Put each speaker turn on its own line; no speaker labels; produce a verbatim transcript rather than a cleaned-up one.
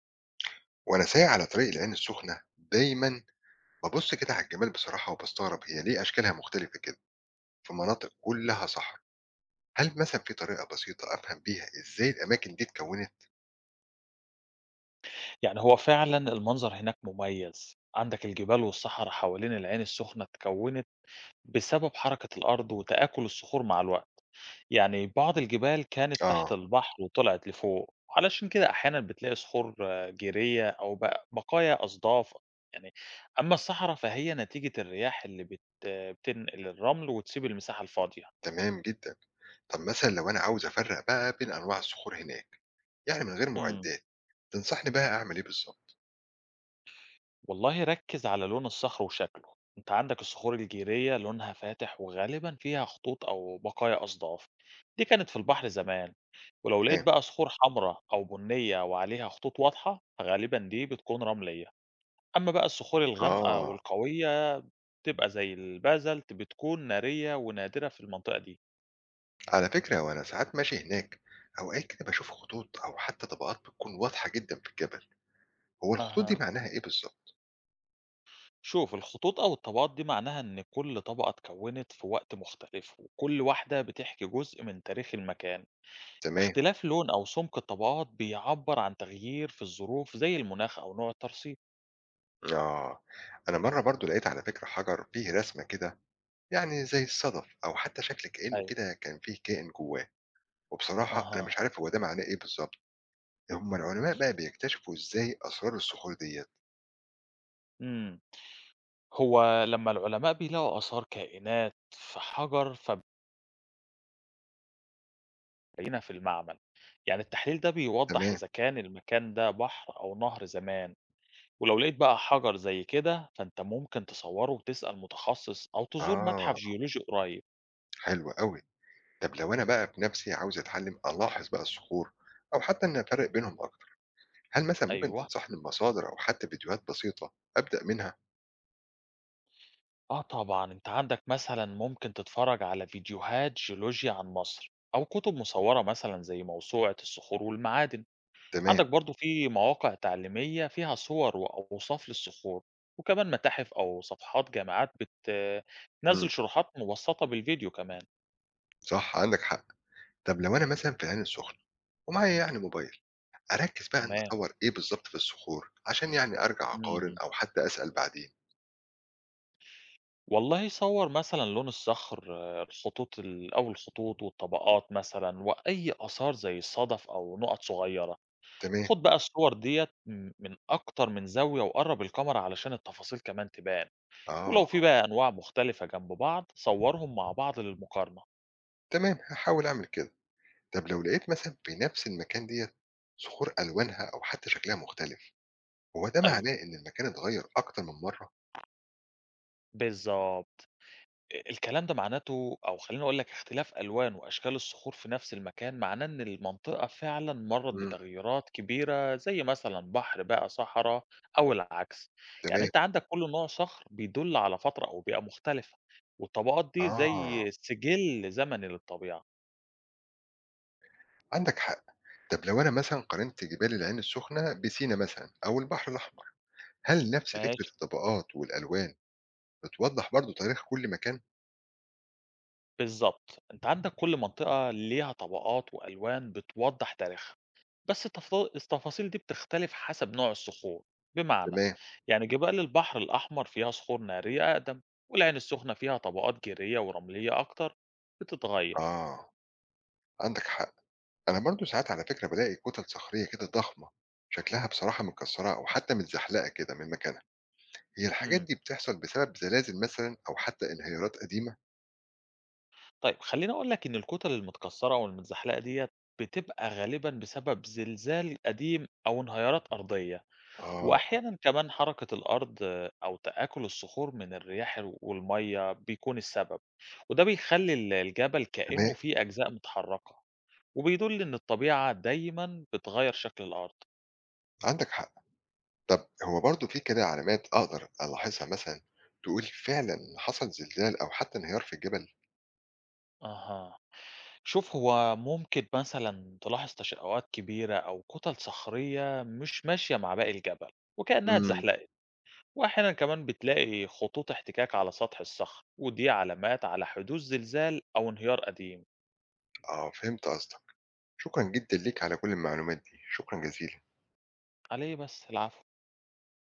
وأنا سايق على طريق العين السخنة دايمًا بابُص كده على الجبال بصراحة وباستغرب هي ليه أشكالها مختلفة كده في مناطق كلّها صحرا، هل مثلًا في طريقة بسيطة أفهم بيها إزاي الأماكن دي اتكوّنت؟
يعني هو فعلًا المنظر هناك مميز، عندك الجبال والصحرا حوالين العين السخنة اتكوّنت بسبب حركة الأرض وتآكل الصخور مع الوقت، يعني بعض الجبال كانت تحت
آه،
البحر وطلعت لفوق، علشان كده أحيانًا بتلاقي صخور آه، جيرية أو بق بقايا أصداف يعني، أمّا الصحرا فهي نتيجة الرياح اللي بت بتنقل الرمل وتسيب المساحة الفاضية.
تمام جدًا. طب مثلًا لو أنا عاوز أفرّق بقى بين أنواع الصخور هناك، يعني من غير
إمم.
معدات، تنصحني بقى أعمل إيه بالضبط؟
والله ركز على لون الصخر وشكله، انت عندك الصخور الجيرية لونها فاتح وغالبا فيها خطوط او بقايا اصداف، دي كانت في البحر زمان. ولو لقيت
تمام.
بقى صخور حمراء او بنية وعليها خطوط واضحة، غالبا دي بتكون رملية. اما بقى الصخور الغامقة
آه،
والقوية تبقى زي البازلت، بتكون نارية ونادرة في المنطقة دي.
على فكرة وأنا ساعات ماشي هناك أوقات كده باشوف خطوط أو حتى طبقات بتكون واضحة جدًا في الجبل، هو الخطوط دي
اها،
معناها إيه بالضبط؟
شوف الخطوط او الطبقات دي معناها ان كل طبقة اتكونت في وقت مختلف، وكل واحدة بتحكي جزء من تاريخ المكان.
تمام.
اختلاف لون أو سمك الطبقات بيعبر عن تغيير في الظروف زي المناخ أو نوع الترسيب.
آه، أنا مرة برضو لقيت على فكرة حجر فيه رسمة كده، يعني زي الصدف أو حتى شكل كأنه
أيوة.
كده كان فيه كائن جواه. وبصراحة أنا مش
أها.
عارف هو ده معناه إيه بالظبط. هم العلماء بقى بيكتشفوا إزاي أسرار الصخور ديت؟
مم. هو لما العلماء بيلاقوا آثار كائنات في حجر فبيبينها في المعمل، يعني التحليل ده بيوضح
تمام.
إذا كان المكان ده بحر أو نهر زمان. ولو لقيت بقى حجر زي كده فأنت ممكن تصوره وتسأل متخصص أو تزور متحف
آه،
جيولوجي قريب.
حلو قوي. طب لو أنا بقى بنفسي عاوز أتعلم ألاحظ بقى الصخور، أو حتى إن أفرق بينهم أكتر، هل مثلا ممكن
أيوه.
تنصحني بمصادر أو حتى فيديوهات بسيطة أبدأ منها؟
آه طبعًا، أنت عندك مثلًا ممكن تتفرّج على فيديوهات جيولوجيا عن مصر، أو كُتب مصوّرة مثلًا زي موسوعة الصخور والمعادن،
تمام.
عندك برضه في مواقع تعليمية فيها صور وأوصاف للصخور، وكمان متاحف أو صفحات جامعات بت
مم.
بتنزّل شروحات مبسّطة بالفيديو كمان.
صح، عندك حق. طب لو أنا مثلا في العين السخنة ومعايا يعني موبايل، أركّز بقى إنّي
تمام.
أطوّر إيه بالضبط في الصخور، عشان يعني أرجع أقارن
إمم.
أو حتّى أسأل بعدين.
والله صوّر مثلًا لون الصخر، آه، الخطوط ال أو الخطوط والطبقات مثلًا، وأي آثار زي الصدف أو نُقط صغيّرة.
تمام،
خُد بقى الصور ديّة م من أكتر من زاوية وقرّب الكاميرا علشان التفاصيل كمان تبان،
آه،
ولو في بقى أنواع مختلفة جنب بعض صورهم مع بعض للمقارنة.
تمام هاحاول أعمل كده. طَب لو لقيت مثلًا في نفس المكان ديّة صخور ألوانها أو حتّى شكلها مختلف، هو ده
أيوه،
معناه إن المكان اتغيّر أكتر من مرّة؟
بالضبط. أ الكلام ده معناته، أو خلّيني أقول لك، اختلاف ألوان وأشكال الصخور في نفس المكان معناه إن المنطقة فعلًا مرّت
إمم،
بتغييرات كبيرة، زي مثلًا بحر بقى، صحرا أو العكس. يعني
تمام،
أنت عندك كل نوع صخر بيدُل على فترة أو بيئة مختلفة، والطبقات دي
آه،
زي سِجِل زمني للطبيعة.
عندك حق. طَب لو أنا مثلًا قارنت جبال العين السخنة بسينا مثلًا أو البحر الأحمر، هل نفس فكرة
ماشي.
الطبقات والألوان بتوضّح برضه تاريخ كل مكان؟
بالضبط، أنت عندك كل منطقة ليها طبقات وألوان بتوضّح تاريخها، بس التف التفاصيل دي بتختلف حسب نوع الصخور، بمعنى
تمام،
يعني جبال البحر الأحمر فيها صخور نارية أقدم، والعين السخنة فيها طبقات جيرية ورملية أكتر بتتغير.
آه، عندك حق. أنا برضه ساعات على فكرة بالاقي كتل صخرية كده ضخمة، شكلها بصراحة متكسرة أو حتى متزحلقة كده من مكانها. هي الحاجات
إمم،
دي بتحصل بسبب زلازل مثلا أو حتى انهيارات قديمة؟
طيب خلّيني أقول لك إن الكتل المتكسرة أو المتزحلقة ديّة بتبقى غالبًا بسبب زلزال قديم أو انهيارات أرضية.
آه،
وأحيانًا كمان حركة الأرض أو تآكل الصخور من الرياح والمَيّة بيكون السبب، وده بيخلّي ال الجبل كإنه
تمام،
فيه أجزاء متحركة، وبيدل إن الطبيعة دايمًا بتغيّر شكل الأرض.
عندك حق. طب هو برضه في كده علامات أقدر ألاحظها مثلا تقول فعلا حصل زلزال أو حتى انهيار في الجبل؟
أها، شوف، هو ممكن مثلًا تلاحظ تشقُّقات كبيرة أو كُتل صخرية مش ماشية مع باقي الجبل، وكأنها
مم.
اتزحلقت، وأحيانًا كمان بتلاقي خطوط احتكاك على سطح الصخر، ودي علامات على حدوث زلزال أو انهيار قديم.
آه، فهمت قصدك. شكرا جدا ليك على كل المعلومات دي، شكرا جزيلا.
على إيه بس، العفو.